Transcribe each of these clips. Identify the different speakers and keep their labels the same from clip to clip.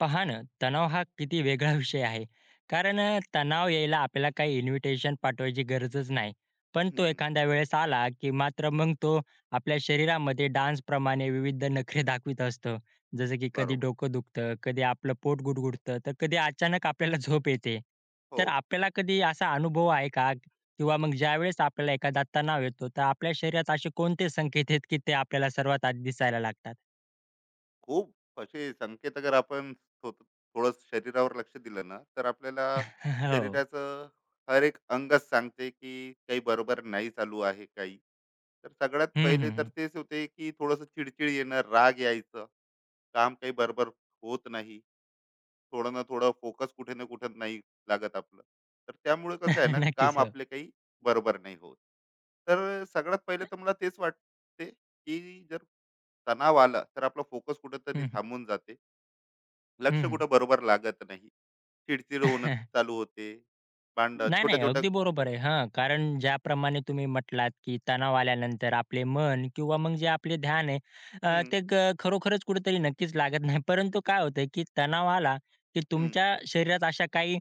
Speaker 1: पहा ना, तणाव हा किती वेगळा विषय आहे. कारण तणाव यायला आपल्याला काही इन्व्हिटेशन पाठवायची गरजच नाही. पण तो
Speaker 2: हं,
Speaker 1: एखाद्या वेळेस आला, की मात्र मग तो आपल्या शरीरामध्ये डान्सप्रमाणे विविध नखरे दाखवीत असतो. जसं की कधी
Speaker 2: बरोबर.
Speaker 1: डोकं दुखतं, कधी आपलं पोट गुडगुडतं, तर कधी अचानक आपल्याला झोप येते.
Speaker 2: हो,
Speaker 1: तर आपल्याला कधी असा अनुभव आहे का? किंवा मग ज्यावेळेस आपल्याला एखादा तणाव येतो, तर आपल्या शरीरात असे कोणते संकेत आहेत, की ते आपल्याला सर्वात आधी दिसायला लागतात?
Speaker 2: खूप असे संकेत अगर आपण थोडं शरीरावर लक्ष दिलं ना, तर आपल्याला
Speaker 1: हो.
Speaker 2: शरीराचं हर एक अंगच सांगते, की काही बरोबर नाही चालू आहे काही. तर सगळ्यात
Speaker 1: हं, हं,
Speaker 2: पहिले तर
Speaker 1: हं.
Speaker 2: तेच होते, की थोडंसं चिडचिड येणं, राग यायचं, काम काही बरोबर होत नाही. थोडं ना थोडं फोकस कुठे ना कुठे नाही लागत आपलं. तर त्यामुळे कसं आहे ना,
Speaker 1: नक्कीच.
Speaker 2: काम
Speaker 1: हो.
Speaker 2: आपले काही बरोबर नाही होत. तर सगळ्यात पहिले तर मला तेच वाटते, की जर तणाव आला तर आपला फोकस
Speaker 1: हं,
Speaker 2: कुठेतरी
Speaker 1: हं.
Speaker 2: थांबून जाते. लक्ष
Speaker 1: हं,
Speaker 2: कुठं बरोबर लागत नाही, चिडचिड होणं चालू होते, भांडण
Speaker 1: नाही, नाही.
Speaker 2: छोट्या छोट्या.
Speaker 1: अगदी बरोबर आहे. हां, कारण ज्याप्रमाणे तुम्ही म्हटलात, की तणाव आल्यानंतर आपले मन किंवा मग जे आपले ध्यान आहे
Speaker 2: हम्म.
Speaker 1: ते खरोखरच कुठेतरी नक्कीच लागत नाही. परंतु काय होतंय, की तणाव आला, की
Speaker 2: हम्म.
Speaker 1: तुमच्या शरीरात अशा काही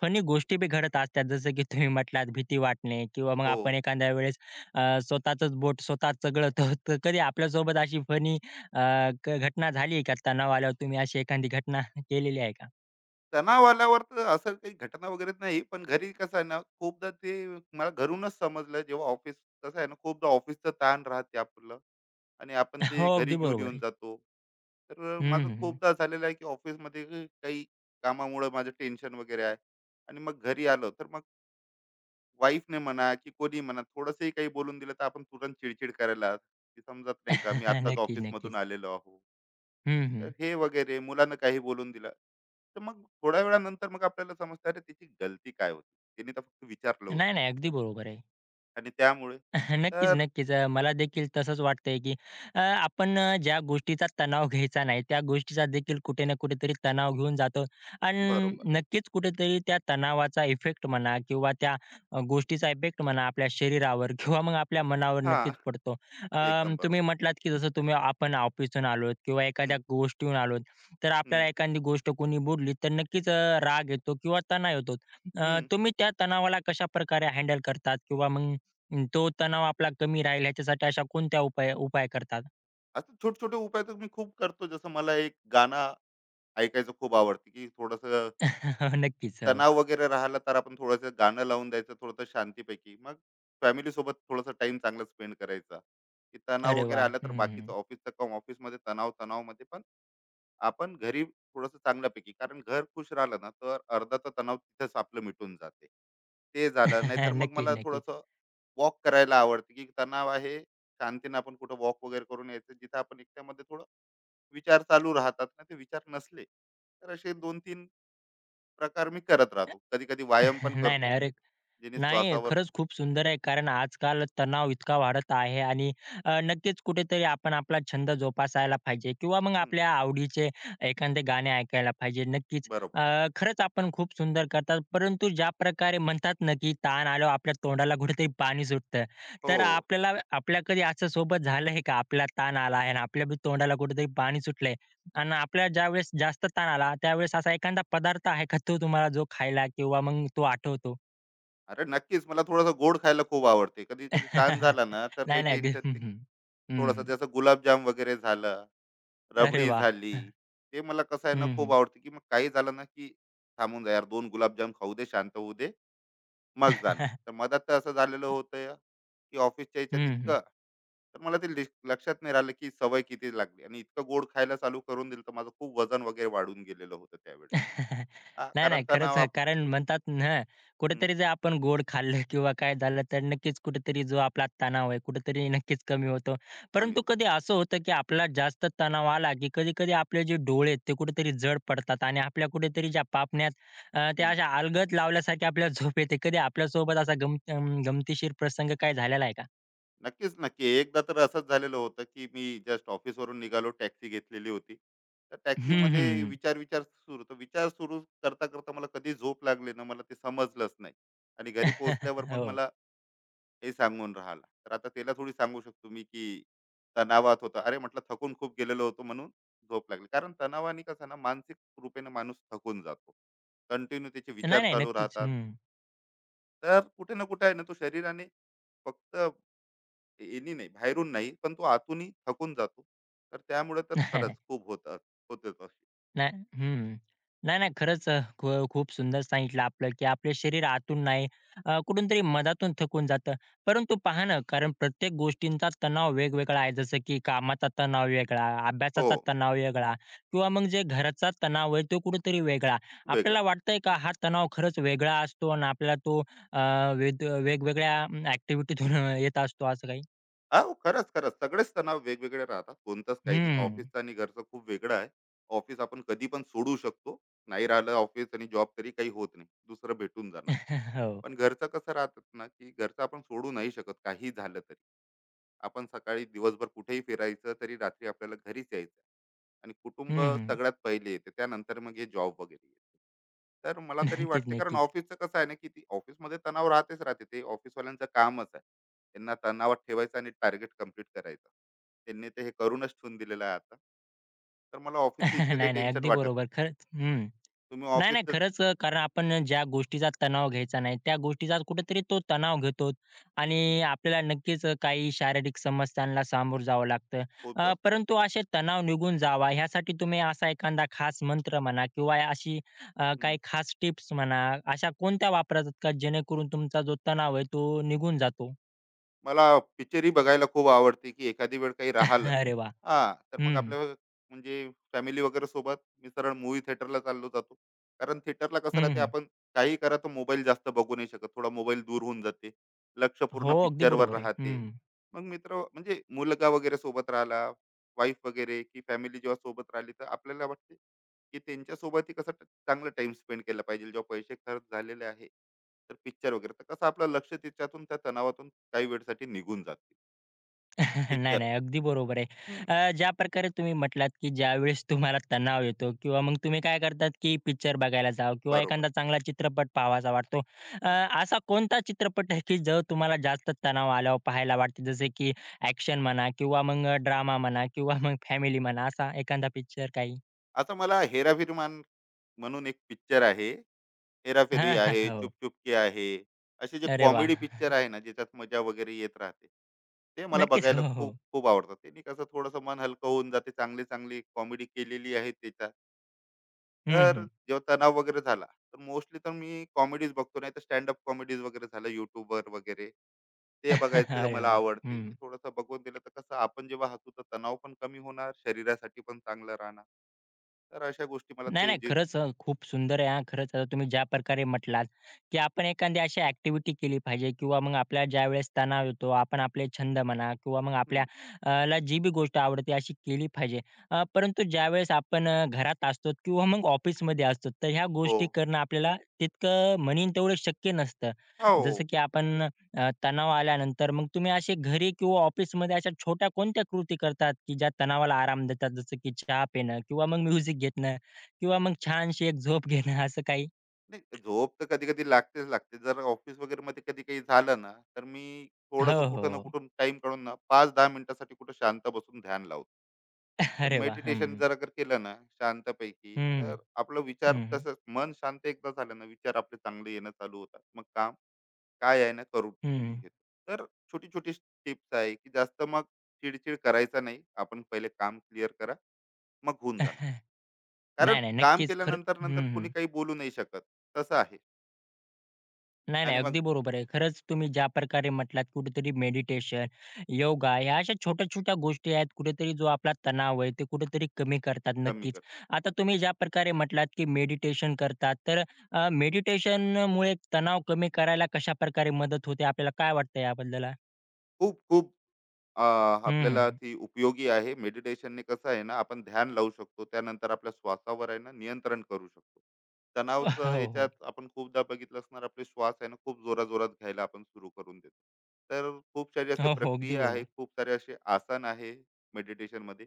Speaker 1: फनी गोष्टी बी घडत असतात. जसं की तुम्ही म्हटलात भीती वाटणे किंवा मग
Speaker 2: हो,
Speaker 1: आपण एखाद्या वेळेस स्वतःचंच बोट स्वतःच चघळतो. तर कधी आपल्यासोबत अशी फनी घटना झाली आहे का? तणाव आल्यावर तुम्ही अशी एखादी घटना केलेली आहे का?
Speaker 2: तणाव आल्यावर तर असं काही घटना वगैरे नाही, पण घरी कसं आहे ना, खूपदा ते मला घरूनच समजलं. जेव्हा ऑफिस कसं आहे ना, खूपदा ऑफिसचं ताण राहते आपलं आणि आपण
Speaker 1: हो,
Speaker 2: ते घरी
Speaker 1: अगदी
Speaker 2: घेऊन
Speaker 1: बरोबर
Speaker 2: येऊन
Speaker 1: आहे.
Speaker 2: जातो. तर
Speaker 1: हं,
Speaker 2: माझं
Speaker 1: हं.
Speaker 2: खूपदा झालेलं आहे, की ऑफिसमध्ये काही कामामुळं माझं टेन्शन वगैरे आहे आणि मग घरी आलो तर मग वाईफने म्हणा की कोणी म्हणा, थोडंसंही काही बोलून दिलं तर आपण तुरंत चिडचिड करायला, की समजत नाही का मी आत्ताच
Speaker 1: नक्कीच,
Speaker 2: ऑफिसमधून
Speaker 1: नक्कीच.
Speaker 2: आलेलो आहो.
Speaker 1: हं, हं.
Speaker 2: तर हे वगैरे मुलानं काही बोलून दिलं. तर मग थोड्या वेळानंतर मग आपल्याला समजतं, अरे त्याची गलती काय होती? तिने तर फक्त विचारलं
Speaker 1: नाही,
Speaker 2: होतं.
Speaker 1: नाही. अगदी बरोबर आहे.
Speaker 2: आणि त्यामुळे
Speaker 1: नक्कीच,
Speaker 2: तर
Speaker 1: नक्कीच. मला देखील तसंच वाटतंय, की आपण ज्या गोष्टीचा तणाव घ्यायचा नाही, त्या गोष्टीचा देखील कुठे ना कुठेतरी तणाव घेऊन जातो आणि
Speaker 2: बरोबर.
Speaker 1: नक्कीच कुठेतरी त्या तणावाचा इफेक्ट म्हणा किंवा त्या गोष्टीचा इफेक्ट म्हणा आपल्या शरीरावर किंवा मग आपल्या मनावर नक्कीच
Speaker 2: हां,
Speaker 1: पडतो.
Speaker 2: एकदम
Speaker 1: तुम्ही
Speaker 2: बरोबर.
Speaker 1: म्हटलात, की जसं तुम्ही आपण ऑफिसहून आलोत किंवा
Speaker 2: हं,
Speaker 1: एखाद्या गोष्टीहून आलोत, तर
Speaker 2: हं,
Speaker 1: आपल्याला एखादी गोष्ट कोणी बोलली तर नक्कीच राग येतो किंवा तणाव येतो.
Speaker 2: हं.
Speaker 1: तुम्ही त्या तणावाला कशाप्रकारे हँडल करतात किंवा मग तो तणाव आपला कमी राहील ह्याच्यासाठी अशा कोणत्या उपाय उपाय करतात?
Speaker 2: असं छोटे-छोटे उपाय तर मी खूप करतो. जसं मला एक गाणं ऐकायचं खूप आवडते, की थोडंसं
Speaker 1: नक्कीच. हो.
Speaker 2: तणाव वगैरे राहिला तर आपण थोडंसं गाणं लावून द्यायचं थोडंसं शांतीपैकी. मग फॅमिलीसोबत थोडासा टाईम चांगला स्पेंड करायचा. की तणाव
Speaker 1: अरे
Speaker 2: वगैरे
Speaker 1: वाह!
Speaker 2: आला तर
Speaker 1: हं,
Speaker 2: बाकीचं
Speaker 1: हं.
Speaker 2: ऑफिसचं काम ऑफिसमध्ये तणाव, तणावमध्ये पण आपण घरी थोडंसं चांगल्यापैकी, कारण घर खुश राहिलं ना, तर अर्धाचा तणाव तिथेच आपलं मिटून जाते. ते झालं. नाहीतर मग
Speaker 1: नक्कीच,
Speaker 2: मला
Speaker 1: नक्कीच.
Speaker 2: थोडंसं वॉक करायला आवडते, की तणाव आहे, शांतीने आपण कुठं वॉक वगैरे करून यायचं, जिथं आपण एकट्यामध्ये थोडं विचार चालू राहतात ना, ते विचार नसले तर असे दोन तीन प्रकार मी करत राहतो. कधी कधी व्यायाम पण
Speaker 1: नाही, नाही.
Speaker 2: करतो
Speaker 1: अरे
Speaker 2: जेणे
Speaker 1: नाही,
Speaker 2: श्वासावर.
Speaker 1: खरंच खूप सुंदर आहे. कारण आजकाल तणाव इतका वाढत आहे आणि नक्कीच कुठेतरी आपण आपला छंद जोपासायला पाहिजे किंवा मग
Speaker 2: हम्म,
Speaker 1: आपल्या आवडीचे एखादे गाणे ऐकायला पाहिजे. नक्कीच
Speaker 2: बरोबर.
Speaker 1: अ, खरंच आपण खूप सुंदर करतात. परंतु ज्या प्रकारे म्हणतात ना, की ताण आल्यावर आपल्या तोंडाला कुठेतरी पाणी सुटतं.
Speaker 2: हो,
Speaker 1: तर आपल्याला आपल्या कधी असं सोबत झालंय का? आपला ताण आला आहे आणि आपल्या बी तोंडाला कुठेतरी पाणी सुटलंय आणि आपल्याला ज्यावेळेस जास्त ताण आला, त्यावेळेस असा एखादा पदार्थ आहे का तो तुम्हाला जो खायला किंवा मग तो आठवतो?
Speaker 2: अरे नक्कीच, मला थोडासा गोड खायला खूप आवडते. कधी कधी ताण झाला ना, तर
Speaker 1: नाही,
Speaker 2: काही
Speaker 1: नाही. अगदी
Speaker 2: टेन्शन
Speaker 1: हं, हं.
Speaker 2: थोडासा
Speaker 1: हं,
Speaker 2: जसं गुलाबजाम वगैरे झालं,
Speaker 1: अरे
Speaker 2: रबडी
Speaker 1: वाह!
Speaker 2: झाली, ते मला कसं आहे ना
Speaker 1: हं,
Speaker 2: खूप
Speaker 1: हं.
Speaker 2: आवडते. की मग काही झालं ना, की थांबून जा यार, दोन गुलाबजाम खाऊ दे, शांत होऊ दे, मग जाणार. तर मधात तर असं झालेलं होतं, की ऑफिसच्या ह्याच्यात
Speaker 1: हं, हं.
Speaker 2: इतकं, तर मला ते लिक लक्षात नाही राहिलं, की सवय किती लागली आणि इतकं गोड खायला चालू करून दिलं, तर माझं खूप वजन वगैरे वाढून गेलेलं होतं त्यावेळेस. हां,
Speaker 1: नाही,
Speaker 2: कारण
Speaker 1: नाही. खरंच
Speaker 2: तणाव
Speaker 1: आहे.
Speaker 2: आप.
Speaker 1: कारण म्हणतात ना,
Speaker 2: हं,
Speaker 1: कुठेतरी जर आपण गोड खाल्लं किंवा काय झालं, तर नक्कीच कुठेतरी जो आपला तणाव आहे, कुठेतरी नक्कीच कमी होतो.
Speaker 2: कमी
Speaker 1: परंतु
Speaker 2: होतो.
Speaker 1: कधी असं होतं, की आपला जास्त तणाव आला, की कधी-कधी आपले जे डोळे आहेत, ते कुठेतरी जड पडतात आणि आपल्या कुठेतरी ज्या पापण्या त्या
Speaker 2: हं.
Speaker 1: अशा अलगद लावल्यासारखी आपल्याला झोप येते. कधी आपल्यासोबत असा गमतीशीर प्रसंग काय झालेला आहे का?
Speaker 2: नक्कीच, नक्की. एकदा तर असंच झालेलं होतं, की मी जस्ट ऑफिसवरून निघालो, टॅक्सी घेतलेली होती. तर
Speaker 1: हं,
Speaker 2: टॅक्सीमध्ये
Speaker 1: हं.
Speaker 2: विचार-विचार सुरू. तर विचार सुरू करता-करता मला कधी झोप लागली ना, मला ते समजलंच नाही. आणि घरी पोहोचल्यावर मग
Speaker 1: हो.
Speaker 2: मला हे सांगून राहिला. तर आता त्याला थोडी सांगू शकतो मी, की तणावात होता. अरे म्हटलं, थकून खूप गेलेलो होतो म्हणून झोप लागली. कारण तणावाने कसं ना मानसिक रूपेने माणूस थकून जातो. कंटिन्यू त्याचे
Speaker 1: नाही,
Speaker 2: विचार
Speaker 1: नाही.
Speaker 2: चालू
Speaker 1: नक्कीच.
Speaker 2: राहतात.
Speaker 1: हं.
Speaker 2: तर कुठे ना कुठे आहे ना, तो शरीराने फक्त यांनी नाही, बाहेरून नाही, पण तो आतूनही थकून जातो. तर त्यामुळे तर खरंच
Speaker 1: नाही,
Speaker 2: खूप होतात, होतेच.
Speaker 1: नाही. नाही हं. नाही, नाही. खरंच खूप सुंदर सांगितलं आपलं, की आपले शरीर आतून नाही, कुठूनतरी मधातून थकून जातं. परंतु पहा ना, कारण प्रत्येक गोष्टींचा तणाव वेगवेगळा आहे. जसं की कामाचा तणाव वेगळा,
Speaker 2: हो,
Speaker 1: अभ्यासाचा तणाव वेगळा किंवा मग जे घराचा तणाव आहे, तो कुठेतरी वेगळा.
Speaker 2: वेगळं.
Speaker 1: आपल्याला वाटतंय का हा तणाव खरंच वेगळा असतो आणि आपल्याला तो अ, वेद वेगवेगळ्या येत असतो असं काही?
Speaker 2: हा, हो, खरंच खरंच सगळेच तणाव वेगवेगळे राहतात. कोणतंच काही नाही,
Speaker 1: हं.
Speaker 2: ऑफिसचं आणि घरचं खूप वेगळं आहे. ऑफिस आपण कधी पण सोडू शकतो. नाही राहिलं ऑफिस आणि जॉब तरी काही होत नाही, दुसरं भेटून जाणार.
Speaker 1: हो.
Speaker 2: पण घरचं कसं राहतात ना, की घरचं आपण सोडू नाही शकत काही झालं तरी. आपण सकाळी दिवसभर कुठेही फिरायचं तरी रात्री आपल्याला घरीच यायचं. आणि कुटुंब
Speaker 1: हं, हं.
Speaker 2: सगळ्यात पहिले येते, त्यानंतर मग हे जॉब वगैरे येते. तर मला तरी
Speaker 1: नक्कीच,
Speaker 2: वाटते, कारण
Speaker 1: नक्कीच.
Speaker 2: ऑफिसचं कसं आहे ना, की ती ऑफिसमध्ये तणाव राहतेच राहते, ते ऑफिसवाल्यांचं कामच आहे त्यांना तणावात ठेवायचं आणि टार्गेट कम्प्लीट करायचं. त्यांनी ते हे करूनच ठेवून दिलेलं आहे आता. तर मला ऑफिसचं
Speaker 1: नाही,
Speaker 2: इतकं काही
Speaker 1: नाही.
Speaker 2: टेन्शन
Speaker 1: अगदी
Speaker 2: वाटत
Speaker 1: बरोबर.
Speaker 2: नाही.
Speaker 1: खरंच हं.
Speaker 2: तुम्ही
Speaker 1: नाही, नाही.
Speaker 2: ऑफिसचं
Speaker 1: खरंच कारण आपण ज्या गोष्टीचा तणाव घ्यायचा नाही, त्या गोष्टीचा कुठेतरी तो तणाव घेतो आणि आपल्याला नक्कीच काही शारीरिक समस्यांना सामोरं जावं लागतं.
Speaker 2: खूप जास्त.
Speaker 1: परंतु असे तणाव निघून जावा ह्यासाठी तुम्ही असा एखादा खास मंत्र म्हणा किंवा अशी
Speaker 2: हम्म.
Speaker 1: काही खास टिप्स म्हणा, अशा कोणत्या वापरतात का जेणेकरून तुमचा जो तणाव आहे तो निघून जातो?
Speaker 2: मला पिक्चरही बघायला खूप आवडते, की एखादी वेळ काही राहिलं.
Speaker 1: अरे वाह!
Speaker 2: हां, तर मग
Speaker 1: हं, हं.
Speaker 2: आपल्या म्हणजे फॅमिली वगैरे सोबत मी सरळ मूव्ही थिएटरला चाललो जातो. कारण थिएटरला कसं राहते,
Speaker 1: हं,
Speaker 2: आपण काहीही करा तर मोबाईल जास्त बघू नाही शकत. थोडा मोबाईल दूर होऊन जाते. लक्ष पूर्ण
Speaker 1: हो, अगदी
Speaker 2: पिक्चरवर
Speaker 1: बरोबर आहे.
Speaker 2: राहते.
Speaker 1: हं.
Speaker 2: मग मित्र म्हणजे मुलगा वगैरे सोबत राहिला, वाईफ वगैरे की फॅमिली जेव्हा सोबत राहिली, तर आपल्याला वाटते, की त्यांच्यासोबतही कसं चांगला टाईम स्पेंड केला पाहिजे. जेव्हा पैसे खर्च झालेले आहे, तर पिक्चर वगैरे तर कसं आपलं लक्ष त्याच्यातून त्या तणावातून काही वेळसाठी निघून जाते
Speaker 1: नाही,
Speaker 2: पिक्चर.
Speaker 1: नाही. अगदी बरोबर आहे.
Speaker 2: हम्म,
Speaker 1: ज्या प्रकारे तुम्ही म्हटलात, की ज्यावेळेस तुम्हाला तणाव येतो किंवा मग तुम्ही काय करतात, की पिक्चर बघायला जावं किंवा
Speaker 2: बरोबर.
Speaker 1: एखादा चांगला चित्रपट पाहावासा वाटतो. अ,
Speaker 2: हम्म.
Speaker 1: असा कोणता चित्रपट आहे, की जो तुम्हाला जास्त तणाव आल्यावर पाहायला वाटते? जसे की ॲक्शन म्हणा किंवा मग ड्रामा म्हणा किंवा मग फॅमिली म्हणा असा एखादा पिक्चर काही?
Speaker 2: आता मला हेराफेरी म्हणून एक पिक्चर आहे. हेराफेरी
Speaker 1: हां, हां.
Speaker 2: आहे, चुप
Speaker 1: हो.
Speaker 2: चुपकी आहे, असे जे
Speaker 1: अरे
Speaker 2: कॉमेडी
Speaker 1: वाह!
Speaker 2: पिक्चर आहे ना, ज्याच्यात मजा वगैरे येत राहते, ते मला
Speaker 1: नक्कीच.
Speaker 2: बघायला
Speaker 1: हो, हो.
Speaker 2: खूप खूप आवडतात. त्यांनी कसं थोडंसं मन हलकं होऊन जाते, चांगली चांगली कॉमेडी केलेली आहे त्याच्यात.
Speaker 1: हं,
Speaker 2: तर
Speaker 1: हं.
Speaker 2: जेव्हा तणाव वगैरे झाला तर मोस्टली तर मी कॉमेडीज बघतो, नाही तर स्टँडअप कॉमेडीज वगैरे झालं युट्यूबवर वगैरे, ते बघायचं
Speaker 1: अरे
Speaker 2: मला
Speaker 1: बापरे!
Speaker 2: आवडते,
Speaker 1: हं.
Speaker 2: की थोडंसं बघून दिलं तर कसं, आपण जेव्हा हसू तर तणाव पण कमी होणार, शरीरासाठी पण चांगलं राहणार. तर अशा गोष्टी मला
Speaker 1: नाही,
Speaker 2: ते
Speaker 1: नाही.
Speaker 2: जे.
Speaker 1: खरंच खूप सुंदर आहे हां. खरंच आता तुम्ही ज्या प्रकारे म्हटलात, की आपण एखादी अशी ॲक्टिव्हिटी केली पाहिजे किंवा मग आपल्याला ज्यावेळेस तणाव येतो, आपण आपले छंद म्हणा किंवा मग आपल्या
Speaker 2: हं,
Speaker 1: ला जी बी गोष्ट आवडते अशी केली पाहिजे. परंतु ज्यावेळेस आपण घरात असतो किंवा मग ऑफिसमध्ये असतो, तर ह्या
Speaker 2: हो.
Speaker 1: गोष्टी करणं आपल्याला तितकं म्हणीन तेवढं शक्य नसतं.
Speaker 2: हो.
Speaker 1: जसं की आपण तणाव आल्यानंतर मग तुम्ही असे घरी किंवा ऑफिसमध्ये अशा छोट्या कोणत्या कृती करतात, की ज्या तणावाला आराम देतात? जसं की चहा पिणं किंवा मग म्युझिक घेणं किंवा मग छानशी एक झोप घेणं असं काही?
Speaker 2: नाही, झोप तर कधी-कधी लागतेच लागते. जर ऑफिस वगैरेमध्ये कधी काही झालं ना, तर मी
Speaker 1: हो,
Speaker 2: थोडंसं
Speaker 1: हो.
Speaker 2: कुठं ना
Speaker 1: हो.
Speaker 2: कुठून टाईम काढून ना 5-10 मिनिटासाठी कुठं शांत बसून ध्यान लावतो. तर
Speaker 1: अरे वाह! हं.
Speaker 2: मेडिटेशन जर अगर केलं ना शांतपैकी, तर
Speaker 1: हं,
Speaker 2: आपला विचार
Speaker 1: हं,
Speaker 2: तसंच मन शांत एकदा झालं ना, विचार आपले चांगले येणं चालू होतात. मग काम काय आहे ना, करून
Speaker 1: हं.
Speaker 2: घेतो. तर छोटी छोटी टिप्स आहे, की जास्त मग चिडचिड करायचा नाही. आपण पहिले काम क्लिअर करा. मग होऊन जाणार. कारण
Speaker 1: नाही, नाही.
Speaker 2: काम
Speaker 1: नक्कीच खरं
Speaker 2: केल्यानंतर नंतर
Speaker 1: हं,
Speaker 2: कोणी
Speaker 1: हं.
Speaker 2: काही बोलू नाही शकत. तसं आहे.
Speaker 1: नाही, नाही.
Speaker 2: आणि
Speaker 1: अगदी
Speaker 2: मग
Speaker 1: बरोबर आहे. खरंच तुम्ही ज्या प्रकारे म्हटलात कुठेतरी मेडिटेशन, योगा ह्या अशा छोट्या-छोट्या गोष्टी आहेत कुठेतरी जो आपला तणाव आहे ते कुठेतरी कमी करतात
Speaker 2: कमी
Speaker 1: नक्कीच.
Speaker 2: करतो.
Speaker 1: आता तुम्ही ज्या प्रकारे म्हटलात की मेडिटेशन करतात तर मेडिटेशनमुळे तणाव कमी करायला कशाप्रकारे मदत होते? आपल्याला काय वाटतं याबद्दल?
Speaker 2: खूप खूप अ,
Speaker 1: हं,
Speaker 2: आपल्याला
Speaker 1: हं.
Speaker 2: ती उपयोगी आहे. मेडिटेशनने कसं आहे ना, आपण ध्यान लावू शकतो. त्यानंतर आपल्या श्वासावर आहे ना, नियंत्रण करू शकतो. तणावाचं
Speaker 1: हो, हो.
Speaker 2: याच्यात आपण खूपदा बघितलं असणार, आपले श्वास आहे ना, खूप जोराजोरात घ्यायला आपण सुरू करून देतो. तर खूप सारे असे
Speaker 1: हो, हो. अगदी
Speaker 2: प्रक्रिया आहे,
Speaker 1: बरोबर.
Speaker 2: खूप सारे असे आसन आहे मेडिटेशनमध्ये,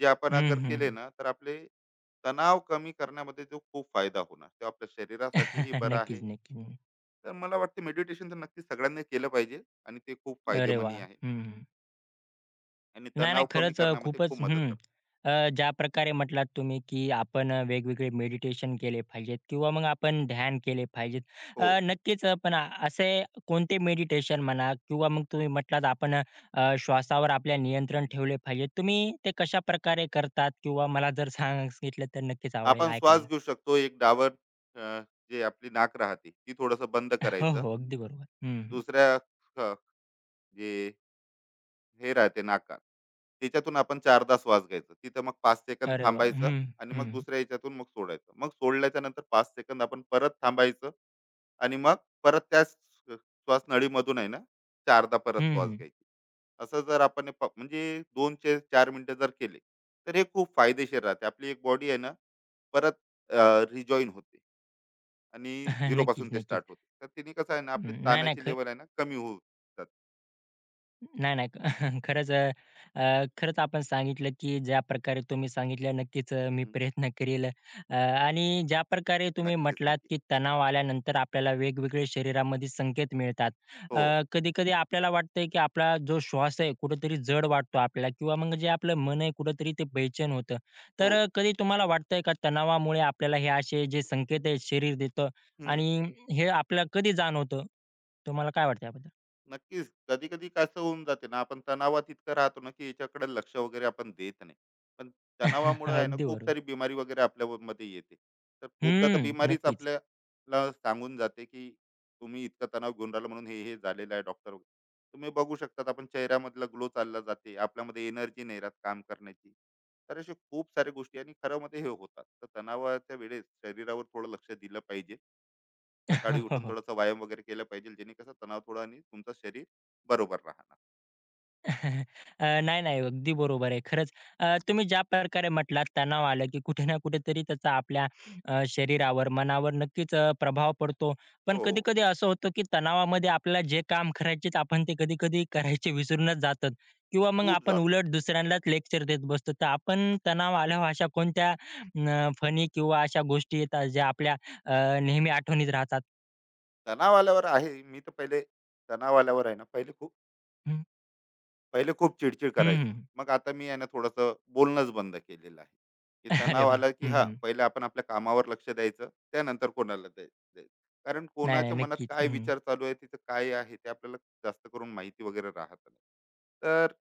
Speaker 2: जे आपण
Speaker 1: हं,
Speaker 2: अगर केले
Speaker 1: हं.
Speaker 2: ना, तर आपले तणाव कमी करण्यामध्ये जो खूप फायदा होणार. तो आपल्या शरीरासाठीही बरं
Speaker 1: नक्कीच,
Speaker 2: आहे.
Speaker 1: नक्कीच.
Speaker 2: तर मला वाटते, मेडिटेशन तर नक्कीच सगळ्यांनी केलं पाहिजे आणि ते खूप
Speaker 1: अरे
Speaker 2: फायदेमनी
Speaker 1: वाह!
Speaker 2: आहे.
Speaker 1: हं.
Speaker 2: आणि
Speaker 1: नाही, नाही.
Speaker 2: तणाव कमी
Speaker 1: खरंच
Speaker 2: करण्यामध्ये
Speaker 1: खूपच
Speaker 2: खूप मदत
Speaker 1: हं.
Speaker 2: करतो.
Speaker 1: ज्या प्रकारे म्हटलात तुम्ही, की आपण वेगवेगळे मेडिटेशन केले पाहिजेत किंवा मग आपण ध्यान केले पाहिजेत.
Speaker 2: हो.
Speaker 1: नक्कीच पण असे कोणते मेडिटेशन म्हणा किंवा मग तुम्ही म्हटलात आपण श्वासावर आपल्या नियंत्रण
Speaker 2: हम्म.
Speaker 1: ठेवले पाहिजे. तुम्ही ते कशाप्रकारे करतात किंवा मला जर सांगितलं तर नक्कीच आवडेल
Speaker 2: आपण
Speaker 1: ऐकायला.
Speaker 2: श्वास घेऊ शकतो एक डावर. अ, जे आपली नाक राहते ती थोडस बंद
Speaker 1: हो,
Speaker 2: करायचं,
Speaker 1: हो. अगदी बरोबर. हं,
Speaker 2: दुसऱ्या अ, जे हे राहते नाकार, त्याच्यातून आपण चारदा श्वास घ्यायचा, तिथं मग 5 सेकंद
Speaker 1: अरे वाह!
Speaker 2: थांबायचं.
Speaker 1: हं,
Speaker 2: आणि मग
Speaker 1: हं.
Speaker 2: दुसऱ्या याच्यातून मग सोडायचं. मग सोडल्याच्या नंतर 5 सेकंद आपण परत थांबायचं. आणि मग परत त्या श्वास नळीमधून आहे ना चारदा परत श्वास
Speaker 1: हं.
Speaker 2: घ्यायची. असं जर आपण हे म्हणजे 204 मिनिटं जर केले, तर हे खूप फायदेशीर राहते. आपली एक बॉडी आहे ना, परत रिजॉईन होते आणि झिरो
Speaker 1: नक्कीच,
Speaker 2: पासून ते
Speaker 1: नक्कीच.
Speaker 2: स्टार्ट होते. तर तिने कसं आहे ना, आपली
Speaker 1: नाही,
Speaker 2: ताणाची
Speaker 1: नाही.
Speaker 2: लेवल आहे ना कमी होऊ जाते.
Speaker 1: नाही, नाही. खरंच अ, अ, खरंच आपण सांगितलं, की ज्या प्रकारे तुम्ही सांगितलं नक्कीच मी
Speaker 2: हम्म.
Speaker 1: प्रयत्न करेल. आणि ज्या प्रकारे तुम्ही
Speaker 2: नक्कीच,
Speaker 1: म्हटलात,
Speaker 2: नक्की.
Speaker 1: की तणाव आल्यानंतर आपल्याला वेगवेगळे शरीरामध्ये संकेत मिळतात.
Speaker 2: हो.
Speaker 1: अ, कधी-कधी आपल्याला वाटतंय, की आपला जो श्वास आहे कुठेतरी जड वाटतो आपल्याला किंवा मग जे आपलं मन आहे कुठेतरी ते बेचैन होतं.
Speaker 2: हो.
Speaker 1: तर कधी तुम्हाला वाटतंय का तणावामुळे आपल्याला हे असे जे संकेत आहेत शरीर देतं
Speaker 2: हं.
Speaker 1: आणि हे आपल्याला कधी जाणवतं? तुम्हाला काय वाटतं याबद्दल?
Speaker 2: नक्कीच. कधी-कधी कसं होऊन जाते ना, आपण तणावात इतकं राहतो ना, की याच्याकडे लक्ष वगैरे आपण देत नाही. पण तणावामुळे आहे ना,
Speaker 1: अगदी
Speaker 2: खूप
Speaker 1: बरोबर.
Speaker 2: सारी बिमारी वगैरे आपल्यामध्ये येते. तर खूपदा तर
Speaker 1: हम्म,
Speaker 2: बिमारीच
Speaker 1: नक्कीच.
Speaker 2: आपल्याला सांगून जाते, की तुम्ही इतका तणाव घेऊन राहिला म्हणून हे, हे झालेलं आहे डॉक्टर. तुम्ही बघू शकतात, आपण चेहऱ्यामधला ग्लो चालला जाते. आपल्यामध्ये एनर्जी नाही राहत काम करण्याची. तर अशा खूप साऱ्या गोष्टी आणि खरंमध्ये हे होतात. तर तणावाच्या वेळेस शरीरावर थोडं लक्ष दिलं पाहिजे. सकाळी
Speaker 1: हो,
Speaker 2: उठून
Speaker 1: हो.
Speaker 2: थोडासा व्यायाम वगैरे केला पाहिजे, जेणे कसं तणाव थोडा आणि तुमचं शरीर बरोबर राहणार.
Speaker 1: नाही, नाही. अगदी बरोबर आहे. खरंच तुम्ही ज्या प्रकारे म्हटलात तणाव आलं, की कुठे ना कुठेतरी त्याचा आपल्या शरीरावर, मनावर नक्कीच प्रभाव पडतो. पण
Speaker 2: हो,
Speaker 1: कधी-कधी असं होतं, की तणावामध्ये आपल्याला जे काम करायचेत आपण ते कधी-कधी करायचे विसरूनच जातात किंवा मग
Speaker 2: खूप
Speaker 1: आपण
Speaker 2: जास्त.
Speaker 1: उलट दुसऱ्यांनाच लेक्चर देत बसतो. तर आपण तणाव आल्यावर अशा कोणत्या फनी किंवा अशा गोष्टी येतात ज्या आपल्या नेहमी आठवणीत राहतात?
Speaker 2: तणाव आल्यावर आहे मी तर पहिले तणाव आल्यावर आहे ना,
Speaker 1: हं,
Speaker 2: पहिले खूप चिडचिड
Speaker 1: हं, हं.
Speaker 2: करायचो. मग आता मी आहे ना थोडंसं बोलणंच बंद केलेलं आहे, की
Speaker 1: अरे
Speaker 2: तणाव
Speaker 1: वाह!
Speaker 2: आला की
Speaker 1: हं,
Speaker 2: हा,
Speaker 1: हं.
Speaker 2: पहिले आपण आपल्या कामावर लक्ष द्यायचं, त्यानंतर कोणाला द्यायचं. कारण
Speaker 1: नाही, नाही.
Speaker 2: कोणाच्या मनात
Speaker 1: नक्कीच.
Speaker 2: काय
Speaker 1: हं.
Speaker 2: विचार चालू आहे, तिथं काय आहे ते आपल्याला जास्त करून माहिती वगैरे राहत नाही. तर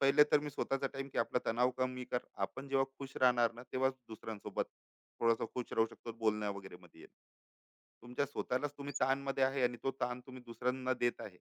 Speaker 2: पहिले तर मी स्वतःचा टाइम, की आपला तणाव कमी कर. आपण जेव्हा खुश राहणार ना, तेव्हाच दुसऱ्यांसोबत थोडासा खुश राहू शकतो बोलण्या वगैरे मध्ये येणं. तुमच्या स्वतःलाच तुम्ही ताणमध्ये आहे आणि तो ताण तुम्ही दुसऱ्यांना देत आहे,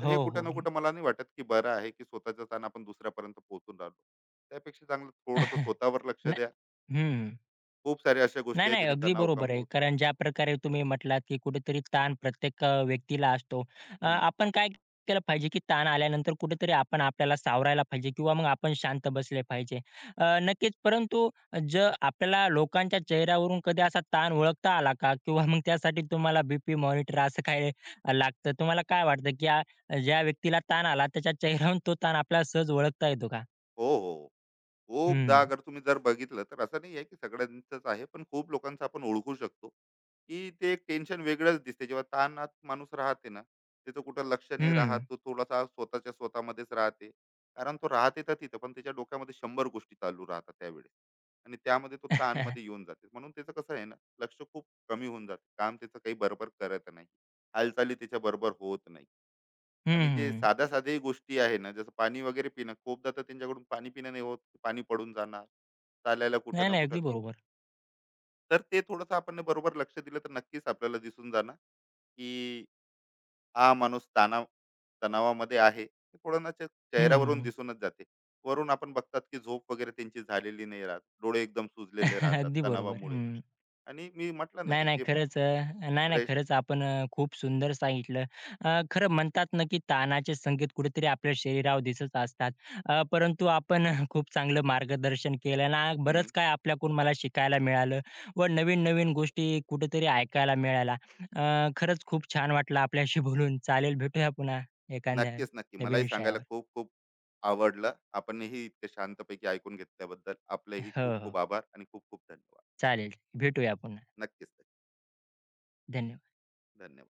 Speaker 2: तर
Speaker 1: हो,
Speaker 2: हे कुठं
Speaker 1: हो.
Speaker 2: ना कुठं मला नाही वाटत की बरं आहे, की स्वतःचा ताण आपण दुसऱ्यापर्यंत पोहोचून राहिलो. त्यापेक्षा चांगलं थोडंसं स्वतःवर लक्ष द्या.
Speaker 1: नाही हं.
Speaker 2: खूप साऱ्या अशा
Speaker 1: नाही,
Speaker 2: गोष्टी आहेत
Speaker 1: नाही.
Speaker 2: ज्याने
Speaker 1: अगदी
Speaker 2: तणाव
Speaker 1: बरोबर
Speaker 2: कम
Speaker 1: आहे.
Speaker 2: होत.
Speaker 1: कारण ज्या प्रकारे तुम्ही म्हटलात, की कुठेतरी ताण प्रत्येक व्यक्तीला असतो.
Speaker 2: हम्म.
Speaker 1: आपण काय केलं पाहिजे, की ताण आल्यानंतर कुठेतरी आपण आपल्याला सावरायला पाहिजे किंवा मग आपण शांत बसले पाहिजे. नक्कीच. परंतु आपल्याला लोकांच्या चेहऱ्यावरून कधी असा ताण ओळखता आला का? किंवा मग त्यासाठी तुम्हाला BP मॉनिटर असं काय लागतं? तुम्हाला काय वाटतं, की ज्या व्यक्तीला ताण आला त्याच्या चेहऱ्यावरून तो ताण आपल्याला सहज ओळखता येतो का?
Speaker 2: हो. हो. खूपदा
Speaker 1: हं.
Speaker 2: अगर तुम्ही जर बघितलं तर असं नाही आहे की सगळ्यांचंच आहे, पण खूप लोकांचं आपण ओळखू शकतो, की ते एक टेन्शन वेगळंच दिसते. जेव्हा ताणात माणूस राहते ना, त्याचं कुठं लक्ष नाही
Speaker 1: हं. हं.
Speaker 2: राहत. तो थोडासा स्वतःच्या स्वतःमध्येच राहते. कारण तो राहते तर तिथं, पण त्याच्या डोक्यामध्ये 100 गोष्टी चालू राहतात त्यावेळेस आणि त्यामध्ये तो ताणमध्ये येऊन जाते. म्हणून त्याचं कसं आहे ना, लक्ष खूप कमी होऊन जाते. काम त्याचं काही बरोबर करत नाही. हालचाली त्याच्या बरोबर होत नाही. आणि जे साध्या-साध्याही गोष्टी आहे ना, जसं पाणी वगैरे पिणं, खूपदा तर त्यांच्याकडून पाणी पिणं नाही होत. पाणी पडून जाणार, चालायला कुठं
Speaker 1: नाही,
Speaker 2: ना
Speaker 1: नाही.
Speaker 2: कुठं.
Speaker 1: अगदी बरोबर.
Speaker 2: तर ते थोडंसं आपण बरोबर लक्ष दिलं तर नक्कीच आपल्याला दिसून जाणार, की हा माणूस तणावामध्ये आहे, हे कोणाच्या चेहऱ्यावरून
Speaker 1: हं.
Speaker 2: दिसूनच जाते. वरून आपण बघतात, की झोप वगैरे त्यांची झालेली नाही राहत, डोळे एकदम सुजलेले राहतात
Speaker 1: अगदी बरोबर.
Speaker 2: तणावामुळे.
Speaker 1: हं.
Speaker 2: आणि मी म्हटलं ना
Speaker 1: नाही,
Speaker 2: एक
Speaker 1: नाही.
Speaker 2: जे
Speaker 1: खरंच नाही, नाही.
Speaker 2: फ्रेश.
Speaker 1: खरंच आपण खूप सुंदर सांगितलं. खरं म्हणतात ना, की ताणाचे संकेत कुठेतरी आपल्या शरीरावर दिसत असतात. परंतु आपण खूप चांगलं मार्गदर्शन केलं ना, बरंच काय आपल्याकडून मला शिकायला मिळालं व नवीन-नवीन गोष्टी कुठेतरी ऐकायला मिळाल्या. खरंच खूप छान वाटलं आपल्याशी बोलून. चालेल, भेटूया पुन्हा एखाद्या
Speaker 2: नक्कीच, नक्की,
Speaker 1: नवीन
Speaker 2: मलाही सांगायला
Speaker 1: विषयावर.
Speaker 2: खूप खूप आवडलं. आपणही इतके शांतपैकी ऐकून घेतल्याबद्दल आपलेही
Speaker 1: हो,
Speaker 2: खूप
Speaker 1: हो.
Speaker 2: खूप आभार आणि खूप खूप धन्यवाद.
Speaker 1: चालेल. भेटूया पुन्हा.
Speaker 2: नक्कीच.
Speaker 1: धन्यवाद.
Speaker 2: धन्यवाद.